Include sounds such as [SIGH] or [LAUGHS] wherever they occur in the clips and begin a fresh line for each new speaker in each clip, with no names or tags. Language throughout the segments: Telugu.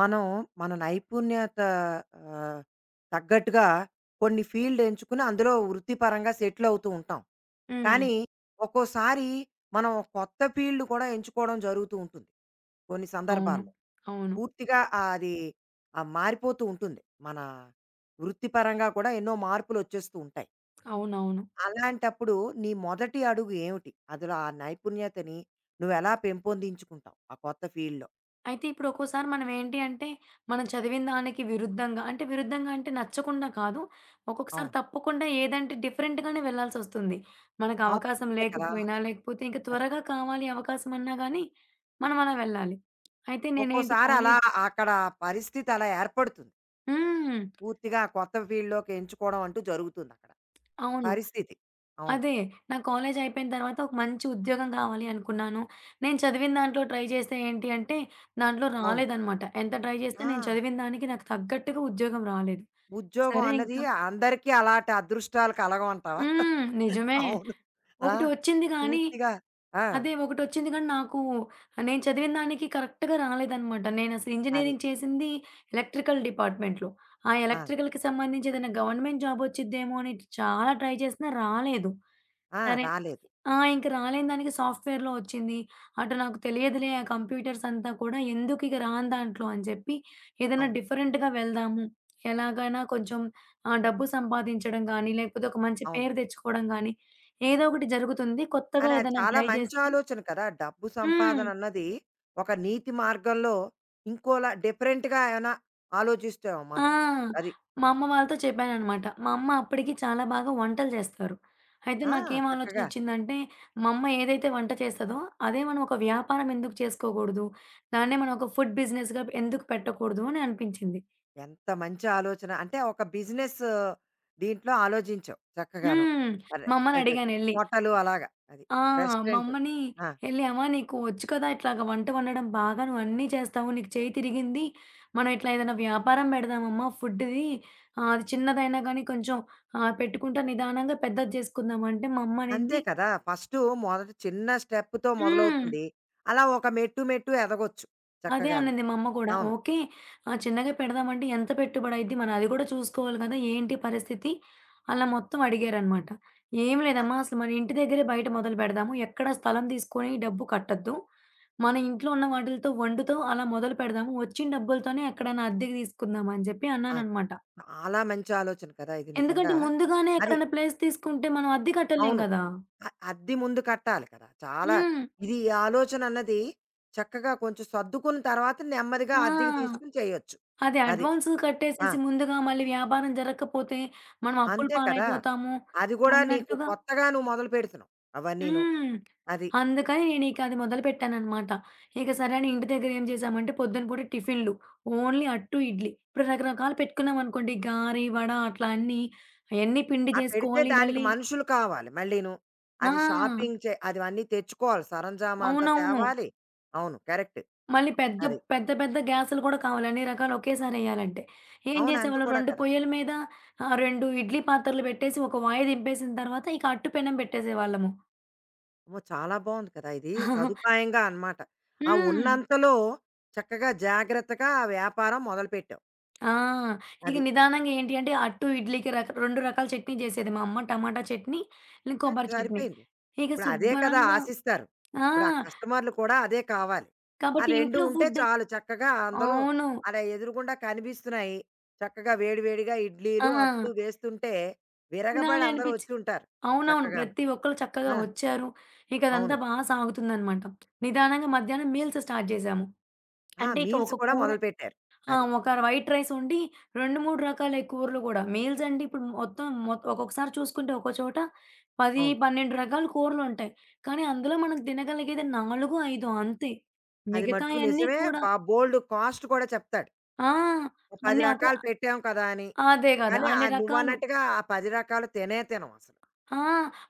మనం మన నైపుణ్యత ఆహ్, తగ్గట్టుగా కొన్ని ఫీల్డ్ ఎంచుకుని అందులో వృత్తిపరంగా సెటిల్ అవుతూ ఉంటాం.
హ్మ్.
కానీ ఒక్కోసారి మనం ఒక కొత్త ఫీల్డ్ కూడా ఎంచుకోవడం జరుగుతూ ఉంటుంది కొన్ని
అవును.
సందర్భాల్లో.
అవును.
అది మారిపోతూ ఉంటుంది. మన వృత్తిపరంగా కూడా ఎన్నో మార్పులొచ్చేస్తూ ఉంటాయి.
అవునవును.
అలాంటప్పుడు నీ మొదటి అడుగు ఏమిటి? అందులో ఆ నైపుణ్యతని నువ్వెలా పెంపొందించుకుంటావు ఆ కొత్త ఫీల్డ్‌లో?
అయితే ఇప్పుడు ఒక్కోసారి మనం ఏంటి అంటే, మనం చదివిన దానికి విరుద్ధంగా, అంటే విరుద్ధంగా అంటే నచ్చకుండా కాదు. ఒక్కొక్కసారి
అవును.
తప్పకుండా ఏదంటే డిఫరెంట్‌గానే వెళ్ళాల్సొస్తుంది. మనకు
అవును.
అవకాశం
అంతే కదా!
లేకపోయినా,
అదే.
లేకపోతే ఇంక
అదే.
త్వరగా కావాలి అవకాశం అన్నా గానీ, మనం అలా వెళ్ళాలి. అయితే నేనేంటి
ఒక్కోసారి అలా
కాలేజ్
అక్కడ పరిస్థితి అలా ఏర్పడుతుంది.
హ్మ్.
పూర్తిగా కొత్త ఫీల్డ్‌లోకి ఎంచుకోవడం అంటూ జరుగుతుంది అక్కడ.
అవును.
పరిస్థితి. అవును.
అదే. నా కాలేజ్ అయిపోయిన తర్వాత ఒక మంచి ఉద్యోగం కావాలి అనుకున్నాను. నేను చదివిన దాంట్లో ట్రై చేస్తే ఏంటి అంటే, దాంట్లో
అవును.
రాలేదనమాట. ఎంత ట్రై చేస్తే
ఆ!
నేను చదివిన దానికి నాకు తగ్గట్టుగా ఉద్యోగం రాలేదు.
ఉద్యోగం
సరే
అన్నది
ఇంకా
అందరికీ అలాంటి అదృష్టాలు కలగవంటావా?
హ్మ్.
[LAUGHS]
నిజమే.
అవును. ఆ!
ఒకటి వచ్చింది కానీ
పూర్తిగా. ఆ!
అదే ఒకటొచ్చింది కానీ నాకు నేను చదివిన దానికి కరెక్ట్‌గా రాలేదనమాట. నేనసలు
అది.
ఇంజినీరింగ్ చేసింది ఎలక్ట్రికల్ డిపార్ట్‌మెంట్‌లో. ఆ
ఆ!
ఎలక్ట్రికల్‌కి సంబంధించి ఏదైనా గవర్నమెంట్ జాబ్ వచ్చిద్దేమో అని చాలా ట్రై చేసినా రాలేదు.
ఆ!
సరే,
రాలేదు.
ఆ! ఇంక
అది.
రాలేని దానికి సాఫ్ట్‌వేర్‌లో ఒచ్చింది. అటు నాకు తెలియదులే ఆ కంప్యూటర్స్ అంతా కూడా, ఎందుకిక రాని దాంట్లో అని చెప్పి, ఏదైనా
అవును.
డిఫరెంట్‌గా వెళ్దాము. ఎలాగైనా కొంచెం డబ్బు సంపాదించడం గానీ, లేకపోతే ఒక మంచి
అవును.
పేరు తెచ్చుకోవడం గానీ, ఏదో ఒకటి జరుగుతుంది కొత్తగా
కానీ అది
ఏదైనా
చాలా
ట్రై
మంచి
చేస్తే.
ఆలోచన కదా! డబ్బు
హ్మ్.
సంపాదన అన్నది ఒక నీతి మార్గంలో ఇంకోలా డిఫరెంట్‌గా ఏమైనా ఆలోచిస్తావేమో
ఆ!
మనం. అది.
మా అమ్మ వాళ్ళతో చెప్పాననమాట. మా అమ్మ అప్పటికి చాలా బాగా వంటలు జేస్తారు. అయితే
ఆ!
నాకేం
చక్కగా.
ఆలోచనొచ్చిందంటే, మా అమ్మ ఏదైతే వంట చేస్తదో, అదే మనం ఒక వ్యాపారం ఎందుకు చేసుకోకూడదు? దాన్నే మనం ఒక ఫుడ్ బిజినెస్‌గా ఎందుకు పెట్టకూడదు అని అనిపించింది.
ఎంత మంచి ఆలోచన. అంటే ఒక బిజినెస్ దీంట్లో ఆలోచించావు చక్కగాను.
హ్మ్.
అరె
మా
అది
అమ్మనడిగానెళ్ళి.
హోటలు అలాగా అది.
ఆ! మా
రెస్టారెంట్.
అమ్మని
ఆ!
ఎళ్లి, అమ్మ నీకు వచ్చు కదా! ఇట్లాగ వంట వండడం బాగా నువ్వన్నీ చేస్తావు. నీకు చేయి తిరిగింది. మనం ఇట్లా ఏదైనా వ్యాపారం పెడదామమ్మా ఫుడ్‌ది. అది చిన్నదైనా గానీ కొంచెం పెట్టుకుంటా, నిదానంగా పెద్దది చేసుకుందాం అంటే మా అమ్మ
అంతే
అనింది.
కదా! ఫస్టు మొదట చిన్న స్టెప్‌తో
హ్మ్.
మొదలవుతుంది. అలా ఒక మెట్టు మెట్టు ఎదగొచ్చు
అదే
చక్కగాను.
అనింది మా అమ్మ కూడా.
అవును.
ఓకే. చిన్నగా పెడదామంటే ఎంత పెట్టుబడయిద్ది? మనం అది కూడా చూసుకోవాలి కదా! ఏంటి పరిస్థితి? అలా మొత్తం అడిగారనమాట. "ఏం
ఆ!
లేదమ్మా, అసలు మన ఇంటి దగ్గరే బయట మొదలు పెడదాము. ఎక్కడ స్థలం తీసుకొని డబ్బు కట్టొద్దు. మన ఇంట్లో ఉన్న వాటిలతో వండుతూ అలా మొదలు పెడదాము. వచ్చిన డబ్బులతోనే ఎక్కడైనా అద్దెకి తీసుకుందాం" అని చెప్పి
అది.
అన్నాననమాట.
చాలా మంచి ఆలోచన కదా! ఇది
ఎందుకంటే
నిజంగా.
ముందుగానే
అది.
ఎక్కడైనా ప్లేస్ తీసుకుంటే మనం అద్దె కట్టలేం
అవును.
గదా!
అద్దె ముందు కట్టాలి కదా! చాలా
హ్మ్.
ఇది ఈ ఆలోచన అన్నది చక్కగా కొంచెం సర్దుకున్న తర్వాత నెమ్మదిగా
ఆ!
అద్దెకి తీసుకొని చేయొచ్చు.
అదే
అది.
అడ్వాన్స్
ఆ!
కట్టేసేసి ముందుగా మళ్ళీ వ్యాపారం జరగకపోతే మనం అప్పుల
అంతే కదా!
పాలైపోతాము
అది గూడా నీకు
అన్నట్టుగా.
కొత్తగా నువ్వు మొదలు పెడుతున్నావు. అవన్నీను.
హ్మ్.
అది.
అందుకని నేనిక అది మొదలుపెట్టాననమాట. ఇక సరే అని ఇంటి దగ్గర ఏం చేశామంటే, పొద్దున పూట టిఫిన్‌లు ఓన్లీ అట్టు, ఇడ్లీ. ఇప్పుడు రకరకాలు పెట్టుకున్నామనుకోండి గారె, వడ అట్లా అన్నీ, అయన్నీ పిండి
ఆ పెడితే
జేసుకోవాలి
దానికి
మళ్ళీ.
మనుషులు కావాలి మళ్ళీను.
ఆ!
అది షాపింగ్ చే అదివన్నీ తెచ్చుకోవాలి. సరంజామా అంతా
అవునవును.
తేవాలి. అవును. కరెక్ట్.
మళ్ళీ పెద్ద,
అది.
పెద్ద పెద్ద గ్యాసులు కూడా కావాలి అన్ని రకాలు ఒకేసారెయ్యాలంటే. ఏం
అవును. అంత
చేసేవాళ్ళు
కూడా
2
కదా!
పొయ్యల మీద 2 ఇడ్లీ పాత్రలు పెట్టేసి ఒక వాయి దింపేసిన తర్వాత ఇక అట్టు పెనం పెట్టేసేవాళ్ళము.
అమ్మో! చాలా బావుంది కదా! ఇది సదుపాయంగా అన్నమాట. ఆ
హ్మ్.
ఉన్నంతలో చక్కగా జాగ్రత్తగా ఆ వ్యాపారం మొదలుపెట్టావు.
ఆ! ఇక
అది.
నిదానంగా ఏంటి అంటే అట్టు, ఇడ్లీకి 2 రకాల చట్నీ చేసేది మా అమ్మ. టమాటా చట్నీ, ఇంకా
ఆ!
కొబ్బరి చట్నీ.
సరిపోయింది.
ఇక
ఇప్పుడు అదే కదా
శుభ్రంగా.
ఆశిస్తారు.
ఆ!
ఇప్పుడు ఆ కస్టమర్‌లు కూడా అదే కావాలి. ఆ
కాబట్టి
2
ఇంట్లో
ఉంటే
ఫుడ్.
చాలు చక్కగా అందరూ
అవును.
అలా ఎదురుగుండా కనిపిస్తున్నాయి. చక్కగా వేడి వేడిగా ఇడ్లీలు, అట్లు
ఆ!
వేస్తుంటే విరగబడి
తినాలి
అందరూ
అనిపిచ్చి,
వచ్చి ఉంటారు
అవునవును,
చక్కగాను.
ప్రతి ఒక్కళ్ళు చక్కగా
ఆ!
ఒచ్చారు. ఇక అదంతా
అవును.
బా సాగుతుందనమాట. నిదానంగా మధ్యాహ్నం మీల్స్ స్టార్ట్ జేశాము.
ఆ!
అంటే ఇక
మీల్స్
ఒక
కూడా
కూర,
మొదలుపెట్టారు.
ఆ!
అది.
ఒక వైట్ రైస్ వండి, 2, 3 రకాల కూరలు గూడా. మీల్స్ అంటే ఇప్పుడు మొత్తం ఒక్కొక్కసారి చూసుకుంటే ఒక్కో చోట 10,
అవును.
12 రకాల కూరలుంటాయి. కానీ అందులో మనం తినగలిగేది 4, 5 అంతే.
అది మట్టుకు
మిగతాయన్నీ
నిజమే.
కూడా.
బోలెడు కాస్ట్ కూడా చెప్తాడు.
ఆ!
ఓ 10
అన్ని అక
రకాలు పెట్టాం కదా అని.
అదే గదా!
కానీ
అన్ని రకాలు.
నువ్వన్నట్టుగా ఆ 10 రకాలు తినే తినం అసలు.
ఆ!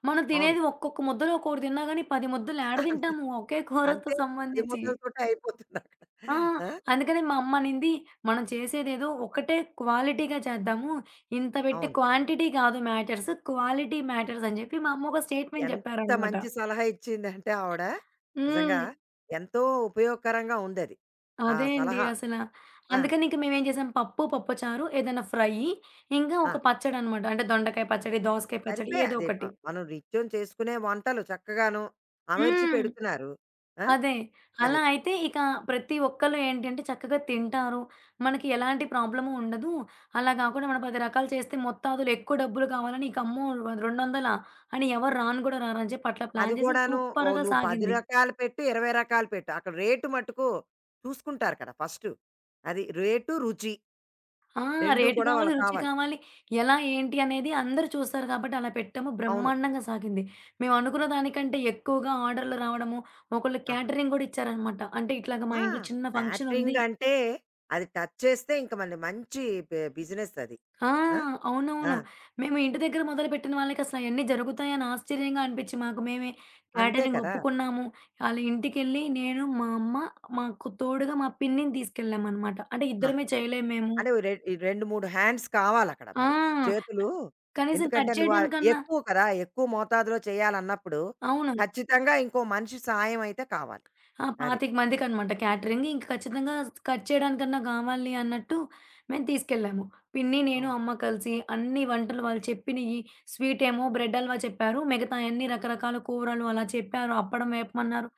మనం
అవును.
తినేది ఒక్కొక్క ముద్దలో ఒక్కొక్కటి తిన్నా గాని 10 ముద్దలు ఏడ తింటాము ఒకే కూరతో
అంతే 10
సంబంధించి.
ముద్దలతోటే అయిపోతుందక్కడ.
ఆ!
ఆ!
అందుకని మా అమ్మ అనింది, "మనం చేసేదేదో ఒకటే క్వాలిటీగా చేద్దాము. ఇంత పెట్టి
అవును.
క్వాంటిటీ కాదు మ్యాటర్స్, క్వాలిటీ మ్యాటర్స్" అని చెప్పి మా అమ్మ ఒక స్టేట్‌మెంట్
ఎంత
చెప్పారనమాట.
మంచి సలహా ఇచ్చిందంటే ఆవిడ, నిజంగా
హ్మ్.
ఎంతో ఉపయోగకరంగా ఉందది. ఆ
అదే అండి
సలహా.
అసల.
ఆ!
అందుకని ఇంక మేమేం చేసాం, పప్పు, పప్పుచారు, ఏదైనా ఫ్రై, ఇంకా
ఆ!
ఒక పచ్చడనమాట. అంటే దొండకాయ పచ్చడి, దోసకాయ పచ్చడి
సరిపే
ఏదో
అది మ
ఒకటి.
మనం నిత్యం చేసుకునే వంటలు చక్కగాను అమర్చి
హ్మ్.
పెడుతున్నారు. ఆ!
అదే. అలా
అది.
అయితే ఇక ప్రతి ఒక్కళ్ళు ఏంటంటే చక్కగా తింటారు. మనకి ఎలాంటి ప్రాబ్లము ఉండదు. అలా గాకుండా మనం 10 రకాలు చేస్తే మొత్తాదులో ఎక్కువ డబ్బులు కావాలని, ఇక అమ్మో 200 అని ఎవరు రాను గూడా రారని చెప్పి అట్లా
అది
ప్లాన్ చేసి
కూడాను ఓ
సూపర్‌గా
నువ్వు 10
సాగింది.
రకాలు పెట్టు, 20 రకాలు పెట్టు. అక్కడ రేటు మట్టుకు చూసుకుంటారు కదా! ఫస్టు. అది రేటు, రుచి
ఆ!
2
రేటు
కూడా
కావాలి,
వాళ్ళకి
రుచి
కావాలి.
కావాలి. ఎలా ఏంటి అనేది అందరూ చూస్తారు కాబట్టి అలా పెట్టాము.
అవును.
బ్రహ్మాండంగా సాగింది. మేము అనుకున్న దానికంటే ఎక్కువగా ఆర్డర్‌లు రావడము, ఒకళ్ళు
ఆహా!
క్యాటరింగ్ గూడా ఇచ్చారనమాట. అంటే ఇట్లాగ మా
ఆ!
ఇంట్లో చిన్న ఫంక్షన్
క్యాటరింగ్
ఉంది.
అంటే అది టచ్ చేస్తే ఇంక మళ్ళీ మంచి బిజినెస్ అది.
ఆ!
ఆ! ఆ!
అవునవును. మేము ఇంటి దగ్గర మొదలుపెట్టిన వాళ్ళకసల అయన్నీ జరుగుతాయని ఆశ్చర్యంగా అనిపిచ్చి మాకు మేమే
అంతే
క్యాటరింగ్
కదా!
ఒప్పుకున్నాము. ఆళ్ళ ఇంటికెళ్ళి నేను, మా అమ్మ, మాకు తోడుగా మా పిన్నిని తీసుకెళ్ళామనమాట. అంటే
ఆహా!
ఇద్దరమే చేయలేము మేము.
అంటే ఓ రె 2, 3 హ్యాండ్స్ కావాలక్కడ మరి.
ఆ!
చేతులు
కనీసం
ఎందుకంటే
కట్
నువ్వు
చేయడానికన్నా.
ఎక్కువ కదా! ఎక్కువ మోతాదులో చేయాలన్నప్పుడు
అవును.
ఖచ్చితంగా ఇంకో మనిషి సాయం అయితే కావాలి.
ఆ!
అది.
25 మందికనమాట క్యాటరింగ్. ఇంక ఖచ్చితంగా కట్ చేయడానికన్నా గావాలి అన్నట్టు మేము తీసుకెళ్ళాము. పిన్ని, నేను,
అవును.
అమ్మ కలిసి అన్ని వంటలు వాళ్ళు చెప్పినియి. స్వీటేమో బ్రెడ్ హల్వా చెప్పారు. మిగతాయన్నీ రకరకాల కూరలు అలా చెప్పారు. అప్పడం వేపమన్నారు.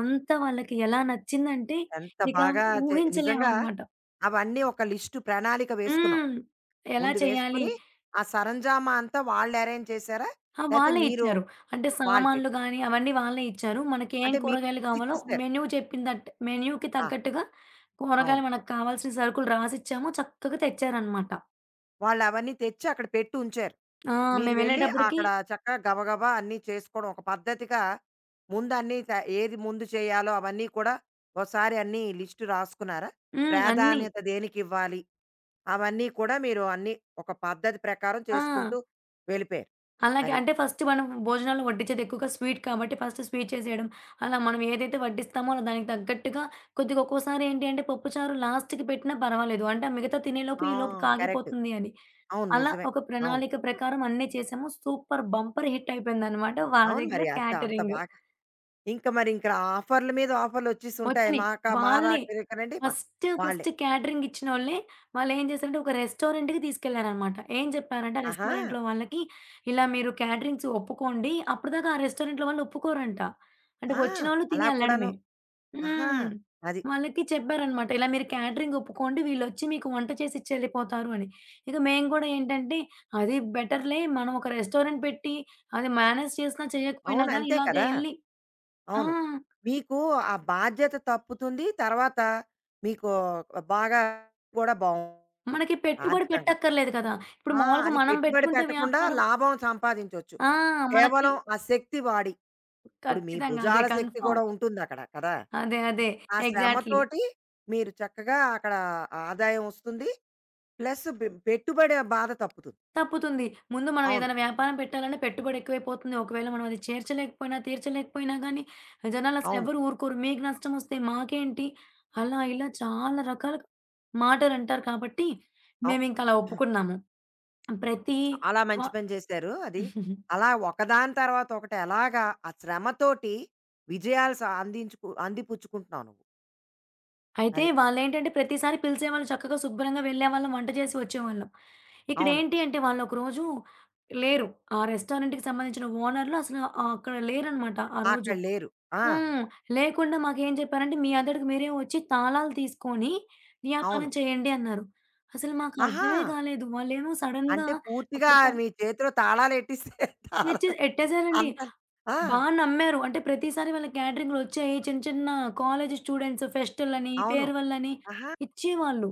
అంతా వాళ్ళకి ఎలా నచ్చిందంటే
ఎంత
ఇక
బాగా నిజంగా
ఊహించలేమనమాట.
అవన్నీ ఒక లిస్టు ప్రణాళిక వేసుకున్నావు.
హ్మ్. ఎలా
ముందు
చేయాలి?
వేసుకొని ఆ సరంజామా అంతా వాళ్ళు అరేంజ్ చేసారా?
ఆ!
లేతే
వాళ్ళే
మీరు
ఇచ్చారు. అంటే
వాళ్ళు
సామాన్లు
పెట్టారా?
గానీ, అవన్నీ వాళ్ళే ఇచ్చారు. మనకేం
అంటే మీరు
కూరగాయలు
లిస్ట్
కావాలో
ఇచ్చేసారు.
మెన్యూ చెప్పిందట్ మెన్యూకి
ఆ!
తగ్గట్టుగా,
అవును.
కూరగాయలు మనకు కావాల్సిన సరుకులు రాసిచ్చాము. చక్కగా తెచ్చారనమాట.
వాళ్ళవన్నీ తెచ్చి అక్కడ పెట్టి ఉంచారు.
ఆ!
మీరు వెళ్ళి
మేమెళ్ళేటప్పటికి
అక్కడ చక్కగా గబగబా అన్నీ చేసుకోవడం ఒక పద్ధతిగా ముందన్నీ త ఏది ముందు చేయాలో అవన్నీ కూడా ఓసారి అన్నీ లిస్ట్ రాసుకున్నారా?
హ్మ్, అన్నీ.
ప్రాధాన్యత దేనికివ్వాలి? అవన్నీ కూడా మీరు అన్నీ ఒక పద్ధతి ప్రకారం
ఆ!
చేసుకుంటూ వెళ్ళిపోయారు.
అలాగే,
అది.
అంటే ఫస్ట్ మనం భోజనాల్లో వడ్డించేది ఎక్కువగా స్వీట్ కాబట్టి ఫస్ట్ స్వీట్ చేసేయడం. అలా మనం ఏదైతే వడ్డిస్తామో అలా దానికి తగ్గట్టుగా కొద్దిగా, ఒక్కోసారి ఏంటి అంటే పప్పుచారు లాస్ట్‌కి పెట్టినా పర్వాలేదు. అంటే ఆ మిగతా తినేలోపు
ఆ!
ఈలోపు
కరెక్ట్.
కాగిపోతుంది అని.
అవును.
అలా
నిజమే.
ఒక
అవును.
ప్రణాళిక ప్రకారం అన్నీ చేసాము. సూపర్ బంపర్ హిట్ అయిపోయిందనమాట వాళ్ళ
అవును
దగ్గర
మరి. అంత అంత
క్యాటరింగ్.
బాగా ఇంక మరి ఇంక ఆఫర్‌ల మీద ఆఫర్‌లొచ్చేసుంటాయి.
వచ్చినియి.
మాకా మా
వాళ్ళే.
రాకరికనండి మా
ఫస్ట్,
రాకరండి వాళ్ళే.
ఫస్ట్ క్యాటరింగ్ ఇచ్చినోళ్ళే, వాళ్ళేం చేశారంటే ఒక రెస్టారెంట్‌కి తీసుకెళ్లారనమాట. ఏం చెప్పారంటే ఆ
ఆహా!
రెస్టారెంట్‌లో వాళ్ళకి, ఇలా మీరు క్యాటరింగ్స్ ఒప్పుకోండి. అప్పటిదాకా ఆ రెస్టారెంట్‌లో వాళ్ళు ఒప్పుకోరంట. అంటే
ఆ!
వచ్చినోళ్ళు
అలా
తిని
కూడాను.
ఎళ్ళడమే.
ఆహా!
హ్మ్.
అది.
వాళ్ళకి చెప్పారనమాట, ఇలా మీరు క్యాటరింగ్ ఒప్పుకోండి. వీళ్ళొచ్చి మీకు వంట చేసిచ్చి ఎళ్ళిపోతారు అని. ఇక మేము కూడా ఏంటంటే, అది బెటర్‌లే. మనం ఒక రెస్టారెంట్ పెట్టి, అది మేనేజ్ చేసినా చేయకపోయినా
అవును.
గానీ
అంతే
ఇలాగే
కదా!
ఎళ్లి. ఆ!
అవును. మీకు ఆ బాధ్యత తప్పుతుంది. తర్వాత మీకు బాగా కూడా బావుంటుంది
మనకి పెట్టుబడి
ఆర్థికంగా.
పెట్టక్కర్లేదు కదా! ఇప్పుడు
ఆ!
మామూలుగా
అది
మనం
పెట్టుబడి
పెట్టుకుంటే
పెట్టకుండా
వ్యాపారం.
లాభం సంపాదించొచ్చు.
ఆ! మనకి
కేవలం ఆ శక్తి వాడి. ఇప్పుడు మీ
ఖచ్చితంగా అదే
భుజాల శక్తి
కన్ఫర్మ్.
కూడా ఉంటుందక్కడ కదా!
అదే. అదే.
ఆ
ఎగ్జాక్ట్‌లీ.
శ్రమతోటి మీరు చక్కగా అక్కడ ఆదాయం వస్తుంది. ప్లస్ పెట్టుబడి బాధ తప్పుతుంది.
తప్పుతుంది. ముందు మనం
అవును.
ఏదైనా వ్యాపారం పెట్టాలన్నా పెట్టుబడి ఎక్కువైపోతుంది. ఒకవేళ మనం అది చేర్చలేకపోయినా, తీర్చలేకపోయినా గానీ జనాలు అసలు
అవును.
ఎవరు ఊరుకోరు. మీకు నష్టమొస్తే మాకేంటి? అలా ఇలా చాలా రకాల మాటలంటారు కాబట్టి మేమింక అలా
అవును.
ఒప్పుకున్నాము. ప్రతి
చాలా
వ
మంచి పని చేశారు అది.
[LAUGHS]
అలా ఒకదాని తర్వాత ఒకటి ఎలాగా ఆ శ్రమతోటి విజయాలు అందించుకు అందిపుచ్చుకుంటున్నావు నువ్వు.
అయితే
అది.
వాళ్ళేంటంటే ప్రతిసారి పిలిసేవాళ్ళు, చక్కగా శుభ్రంగా వెళ్ళేవాళ్ళం, వంట చేసి వచ్చేవాళ్ళం.
అవును.
ఇక్కడేంటి అంటే వాళ్ళొకరోజు లేరు. ఆ రెస్టారెంట్‌కి సంబంధించిన ఓనర్‌లు అసలు అక్కడ లేరనమాట ఆ రోజు.
అక్కడ లేరు. ఆ!
హ్మ్. లేకుండా మాకేం చెప్పారంటే, "మీ అంతటికి మీరే వచ్చి తాళాలు తీసుకొని వ్యాపారం
అవును.
చేయండి" అన్నారు. అసలు
ఆహా!
మాకర్థమే కాలేదు. వాళ్ళేమో సడెన్‌గా
అంటే పూర్తిగా
ఎక్కడికో,
మీ చేతిలో తాళాలెట్టేసారు. తాళా
తెచ్చి
[LAUGHS]
ఎట్టేసారండి.
అంత ఆ!
బా నమ్మారు. అంటే ప్రతిసారి వాళ్ళ క్యాటరింగ్‌లు వచ్చాయి. చిన్న చిన్న కాలేజ్ స్టూడెంట్స్ ఫెస్టులని,
అవును.
ఫేర్‌వెల్ అని
ఆహా!
ఇచ్చేవాళ్ళు.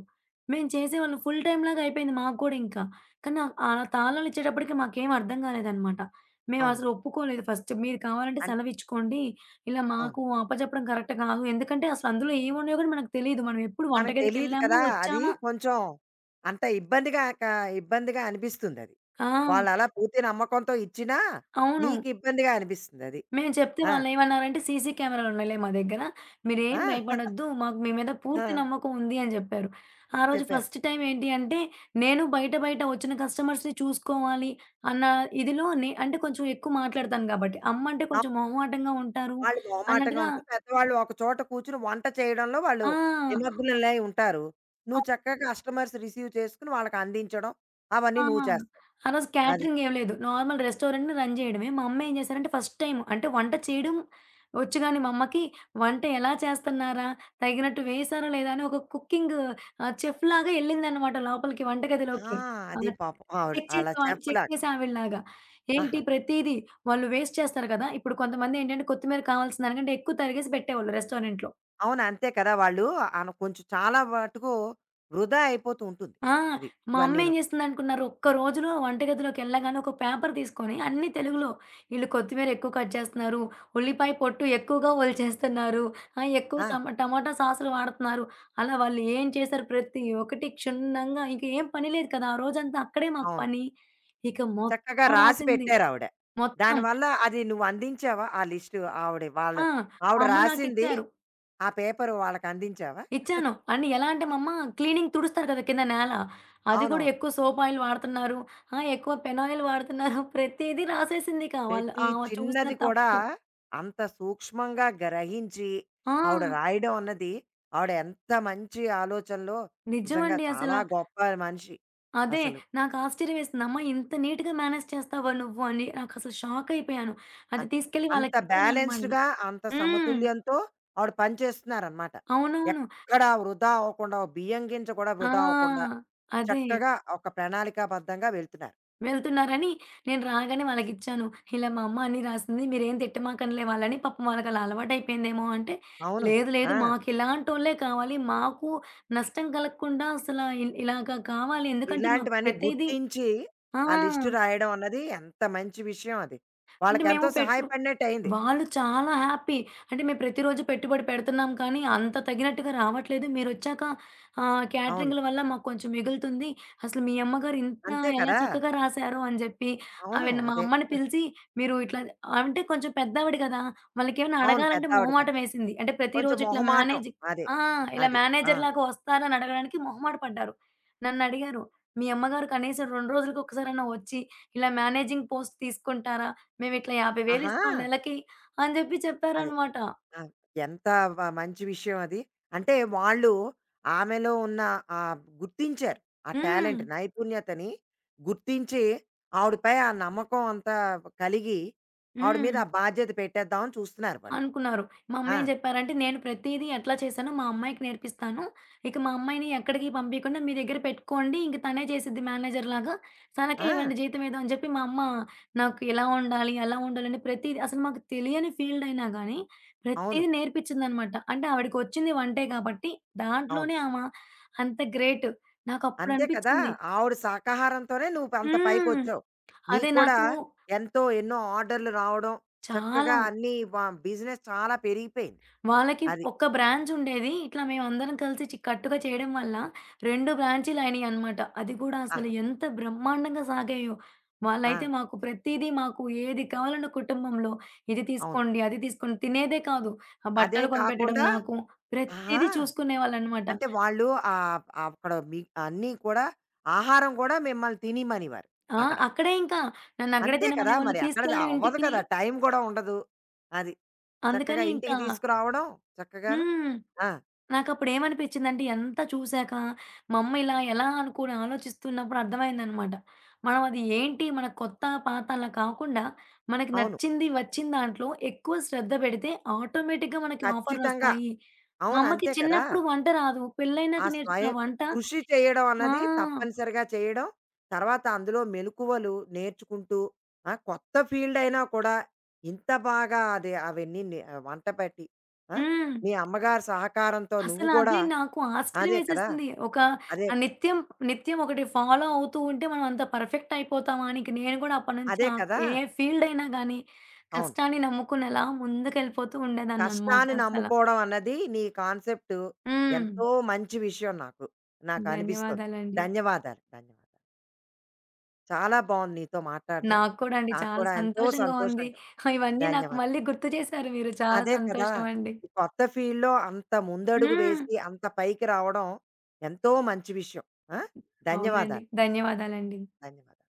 మేము చేసేవాళ్ళం. ఫుల్ టైమ్‌లాగా అయిపోయింది మాకు కూడా ఇంకా. కానీ ఆ ఆ తాళాలు ఇచ్చేటప్పటికి మాకేం అర్థం కాలేదనమాట.
అవును.
మేమసలు ఒప్పుకోలేదు ఫస్ట్. మీరు కావాలంటే
అంటే
సెలవిచ్చుకోండి. ఇలా
అవును.
మాకు అప్పజెప్పడం కరెక్ట్ కాదు. ఎందుకంటే అసలు అందులో ఏమున్నాయో కూడా మనకు తెలీదు. మనం ఎప్పుడు
మనకు తెలీదు
వంటగదికెళ్ళామా?
కదా! అది
వచ్చామా?
కొంచెం అంత ఇబ్బందిగా క ఇబ్బందిగా అనిపిస్తుందది.
ఆ!
వాళ్ళలా పూర్తి నమ్మకంతో ఇచ్చినా,
అవును.
నీకు ఇబ్బందిగా అనిపిస్తుందది.
మేము చెప్తే
ఆ!
వాళ్ళేమన్నారంటే, "సీసీ కెమెరాలున్నాయిలే మా దగ్గర. మీరేం
ఆ!
భయపడొద్దు. మాకు మీ మీద
ఆ!
పూర్తి నమ్మకం ఉంది" అని జెప్పారు. ఆ రోజు
చెప్పారు.
ఫస్ట్ టైమ్ ఏంటి అంటే, నేను బయట బయట వచ్చిన కస్టమర్స్‌ని చూసుకోవాలి అన్న ఇదిలో, నే అంటే కొంచెం ఎక్కువ మాట్లాడతాను గాబట్టి, అమ్మంటే కొంచెం
అవును.
మొహమాటంగా ఉంటారు
వాళ్ళు మొహమాటంగా
అన్నట్టుగా.
ఉంటారు. పెద్దవాళ్ళు ఒక చోట కూర్చొని వంట చేయడంలో వాళ్ళు
ఆ!
నిమగ్నులై ఉంటారు. నువ్వు చక్కగా కస్టమర్స్ రిసీవ్ చేసుకొని వాళ్ళకి అందించడం, అవన్నీ
ఆ!
నువ్వు చేస్తావు.
ఆ రోజు
అది.
క్యాటరింగ్ ఏం లేదు. నార్మల్ రెస్టారెంట్‌ని రన్ చేయడమే. మా అమ్మ ఏం చేశారంటే ఫస్ట్ టైమ్ అంటే వంట చేయడం వచ్చు గానీ మా అమ్మకి, వంట ఎలా చేస్తన్నారా? తగినట్టు వేశారా లేదా? అని ఒక కుకింగ్ చెఫ్‌లాగా ఎళ్ళిందనమాట లోపలికి
ఆ!
వంటగదిలోకి. ఆ!
అది పాపం ఆవిడ. అలా
చెక్
చెఫ్‌లాగా.
చేసే ఆవిడలాగా. ఏంటి
ఆహా!
ప్రతీదీ వాళ్ళు వేస్ట్ చేస్తారు కదా! ఇప్పుడు కొంతమందేంటంటే కొత్తిమీర కావాల్సిన దానికంటే ఎక్కువ తరిగేసి పెట్టేవాళ్ళు రెస్టారెంట్‌లో.
అవును. అంతే కదా! వాళ్ళు అన కొంచెం చాలా మటుకు వృధా అయిపోతూ ఉంటుంది.
ఆ!
అది.
మా అమ్మేం
ఇవన్నీను.
జేస్తుందనుకున్నారు? ఒక్క రోజులో వంటగదిలోకెళ్ళగానే ఒక పేపర్ తీసుకొని అన్నీ తెలుగులో, ఈళ్ళు కొత్తిమీర ఎక్కువ కట్ చేస్తున్నారు, ఉల్లిపాయ పొట్టు ఎక్కువగా వాళ్ళు చేస్తున్నారు, ఎక్కువ
ఆ!
టమాటా సాసులు వాడుతున్నారు. అలా వాళ్ళు ఏం చేశారు ప్రతి ఒక్కటి క్షుణ్ణంగా, ఇంక ఏం పని లేదు కదా! ఆ రోజంతా అక్కడే మాకు
అవును.
పని. ఇక
చక్కగా
మొత్తం
రాసి
రాసింది.
పెట్టారావిడ.
మొత్తం.
దానివల్ల అది నువ్వు అందించావా? ఆ లిస్టు ఆవిడ వాళ్ళు
ఆ!
ఆవిడ
మా అమ్మ
రాసింది
నాకిచ్చారు.
ఆ పేపరు వాళ్ళకందించావా?
ఇచ్చాను. అండ్ ఎలా అంటే మా అమ్మ క్లీనింగ్ తుడుస్తారు కదా కింద నేల. అది కూడా
అవునవును.
ఎక్కువ సోప్ ఆయిల్ వాడుతున్నారు. ఆ! ఎక్కువ పెనాయిల్ వాడుతున్నారు. [LAUGHS] ప్రతీదీ రాసేసింది ఇక వాళ్ళు
ప్రతి
ఆమె చూసిన
చిన్నది కూడా
తప్పు.
అంత సూక్ష్మంగా గ్రహించి,
ఆ!
ఆవిడ రాయడం అన్నది ఆవిడ ఎంత మంచి ఆలోచనలో నిజంగా
నిజమండి అసల.
చాలా గొప్ప మనిషి
అదే
అసలు.
నాకు ఆశ్చర్యం వేసింది. అమ్మ ఇంత నీట్‌గా మేనేజ్ చేస్తావా నువ్వు అని నాకసలు షాక్ అయిపోయాను. అది
అంటే
తీసుకెళ్ళి
అంత
వాళ్ళకిచ్చాననమాట.
బ్యాలెన్స్డ్‌గా, అంత
హ్మ్.
సమతుల్యంతో ఆవిడ పనిచేస్తున్నారనమాట.
అవునవును.
ఎక్కడ వృధా అవ్వకుండా, ఓ బియ్యం గింజ కూడా వృధా అవ్వకుండా
ఆ! అదే.
చక్కగా ఒక ప్రణాళికాబద్ధంగా వెళ్తున్నారు.
వెళ్తున్నారని నేను రాగానే వాళ్ళకిచ్చాను. ఇలా మా అమ్మ అన్నీ రాసింది. మీరేం తిట్టమాకండిలే వాళ్ళని. పాపం వాళ్ళకలా అలవాటయిపోయిందేమో అంటే,
అవును.
లేదు లేదు,
ఆ!
మాకిలాంటోళ్ళే కావాలి. మాకు నష్టం కలగకుండా అసల ఇలాగ కావాలి. ఎందుకంటే మాకు
ఇలాంటివన్నీ
ప్రతీదీ.
గుర్తించి
ఆ!
ఆ లిస్ట్ రాయడం అన్నది ఎంత మంచి విషయం అది.
అంటే మేము
వాళ్ళకెంతో
పెట్టు
సహాయపడినట్టయింది.
వాళ్ళు చాలా హ్యాపీ. అంటే మేము ప్రతిరోజు పెట్టుబడి పెడుతున్నాం కానీ, అంత తగినట్టుగా రావట్లేదు. మీరొచ్చాక
అవును.
క్యాటరింగ్‌ల వల్ల మాకు కొంచెం మిగులుతుంది. అసలు మీ అమ్మగారు ఇంత
అంతే
ఎలా
కదా!
చక్కగా రాసారో అని జెప్పి,
అవును.
ఆవిడని, మా
అదే.
అమ్మని పిలిచి, "మీరు ఇట్లా"— అంటే కొంచెం పెద్దావిడ గదా! వాళ్ళకేమైనా
అవును.
అడగాలంటే
పెద్దావిడ కదా!
మొహమాటం వేసింది. అంటే
కొంచెం
ప్రతిరోజు ఇట్లా
మొహమాటం.
మేనేజ్,
అదే.
ఆ! ఇలా
అది. ఆ!
మేనేజర్‌లాగా వస్తారని అడగడానికి మొహమాట పడ్డారు. నన్నడిగారు, "మీ అమ్మగారు కనీసం 2 రోజులకొకసారన్నా వచ్చి, ఇలా మేనేజింగ్ పోస్ట్ తీసుకుంటారా? మేమిట్లా 50,000
ఆహా!
ఇస్తాం నెలకి" అని జెప్పి
అది.
చెప్పారనమాట.
ఆ! ఎంత మంచి విషయం అది. అంటే వాళ్ళు ఆమెలో ఉన్న గుర్తించారు. ఆ
హ్మ్.
టాలెంట్ నైపుణ్యతని గుర్తించి, ఆవిడపై ఆ నమ్మకం అంతా కలిగి, ఆవిడ మీద
హ్మ్.
ఆ బాధ్యత పెట్టేద్దాం అని చూస్తున్నారు వాళ్ళు.
అనుకున్నారు. మా
ఆ!
అమ్మేం జెప్పారంటే, "నేను ప్రతీదీ ఎట్లా చేశానో మా అమ్మాయికి నేర్పిస్తాను. ఇక మా అమ్మాయిని ఎక్కడికి పంపీయకుండా మీ దగ్గర పెట్టుకోండి. ఇంక తనే చేసిద్ది మేనేజర్‌లాగా. తనకే
ఆ!
ఇవ్వండి జీతం ఏదో" అని చెప్పి మా అమ్మ నాకు, ఇలా ఉండాలి, అలా ఉండాలని ప్రతీది అసలు మాకు తెలియని ఫీల్డయినా గానీ,
అవును.
ప్రతీది నేర్పిచ్చిందనమాట. అంటే ఆవిడకొచ్చింది వంటే కాబట్టి,
అవును.
దాంట్లోనే అంత గ్రేట్.
అంతే కదా!
నాకప్పుడనిపిచ్చింది
ఆవిడ సహకారంతోనే నువ్వు అంత
హ్మ్.
పైకొచ్చావు.
అదే
నీకు కూడా
నాకు
ఎంతో ఎన్నో ఆర్డర్‌లు రావడం, చక్కగా
చాలా.
అన్నీ వ బిజినెస్ చాలా పెరిగిపోయింది.
వాళ్ళకి
అది.
ఒక్క బ్రాంచ్ ఉండేది. ఇట్లా మేమందరం కలిసి కట్టుగా చేయడం వల్ల 2 బ్రాంచీలయినాయనమాట. అది కూడా అసలు
ఆహా!
ఎంత బ్రహ్మాండంగా సాగాయో. వాళ్ళైతే
ఆ!
మాకు ప్రతీదీ మాకు ఏది కావాలన్నా కుటుంబంలో, ఇది
అవును.
తీసుకోండి, అది తీసుకోండి తినేదే కాదు. ఆ
అదే
బట్టలు కొనిపెట్టడం,
కాకుండా
నాకు
ఆహా!
ప్రతీదీ చూసుకునేవాళ్ళనమాట.
అంటే వాళ్ళు అక్కడ మీ అన్నీ కూడా ఆహారం కూడా మిమ్మల్ని తినిమనేవారు
ఆ!
అక్కడ.
అక్కడే ఇంకా నన్నక్కడే
అంతే కదా!
తినమనేవాళ్ళు,
మరి అక్కడ
తీసుకెళ్ళు
అవ్వదు
ఇంటికి.
కదా! టైం కూడా ఉండదు. అది. చక్కగా
అందుకని ఇంకా
ఇంటికి తీసుకురావడం చక్కగాను.
హ్మ్.
ఆ!
నాకప్పుడేమనిపించిందంటే ఎంత చూసాక, మా అమ్మ ఇలా ఎలా అని కూడా ఆలోచిస్తున్నప్పుడు అర్థమైందనమాట. మనం అది ఏంటి, మన కొత్త, పాత అలా కాకుండా, మనకి
అవును.
నచ్చింది వచ్చిన దాంట్లో ఎక్కువ శ్రద్ధ పెడితే ఆటోమేటిక్‌గా మనకి
ఖచ్చితంగా.
ఆఫర్‌లొస్తాయి. మా
అవును.
అమ్మకి
అంతే కదా!
చిన్నప్పుడు వంట రాదు.
ఆ
పెళ్లైనాక నేర్చుకున్న
స్వయం
వంట.
కృషి చేయడం అన్నది
ఆ!
తప్పనిసరిగా చేయడం. తర్వాత అందులో మెలుకువలు నేర్చుకుంటూ, ఆ! కొత్త ఫీల్డ్ అయినా కూడా ఇంత బాగా అది అవన్నీ వంట పెట్టి ఆ!
హ్మ్.
మీ అమ్మగారి సహకారంతో నువ్వు
అసలు
కూడా
అదే నాకు ఆశ్చర్యం
అదే కదా!
వేసేసింది. ఒక
అదే
ఆహ్, నిత్యం, నిత్యం ఒకటి ఫాలో అవుతూ ఉంటే మనం అంత పర్ఫెక్ట్ అయిపోతామా అని ఇంక నేను కూడా అప్పటినుంచి
అదే కదా!
ఏ ఫీల్డ్ అయినా గానీ
అవును.
కష్టాన్ని నమ్ముకుని అలా ముందుకెళ్ళిపోతూ ఉండేదాన్ననమాట
కష్టాన్ని
అసల.
నమ్ముకోవడం అన్నది నీ కాన్సెప్ట్
హ్మ్.
ఎంతో మంచి విషయం నాకు. నాకు అనిపిస్తోంది.
ధన్యవాదాలండి.
ధన్యవాదాలు. ధన్యవాదాలు. చాలా బావుంది నీతో మాట్లాడడం.
నాకు కూడా అండి
నాకు
చాలా
కూడా ఎంతో
సంతోషంగా ఉంది.
సంతోషంగా
ఇవన్నీ నాకు
ధన్యవాదాలు.
మళ్ళీ గుర్తు చేశారు మీరు. చాలా
అదే కదా!
సంతోషం అండి.
ఈ కొత్త ఫీల్డ్‌లో అంత ముందడుగు
హ్మ్.
వేసి, అంత పైకి రావడం ఎంతో మంచి విషయం. ఆ!
అవునండి.
ధన్యవాదాలు.
ధన్యవాదాలండి.
ధన్యవాదాలు.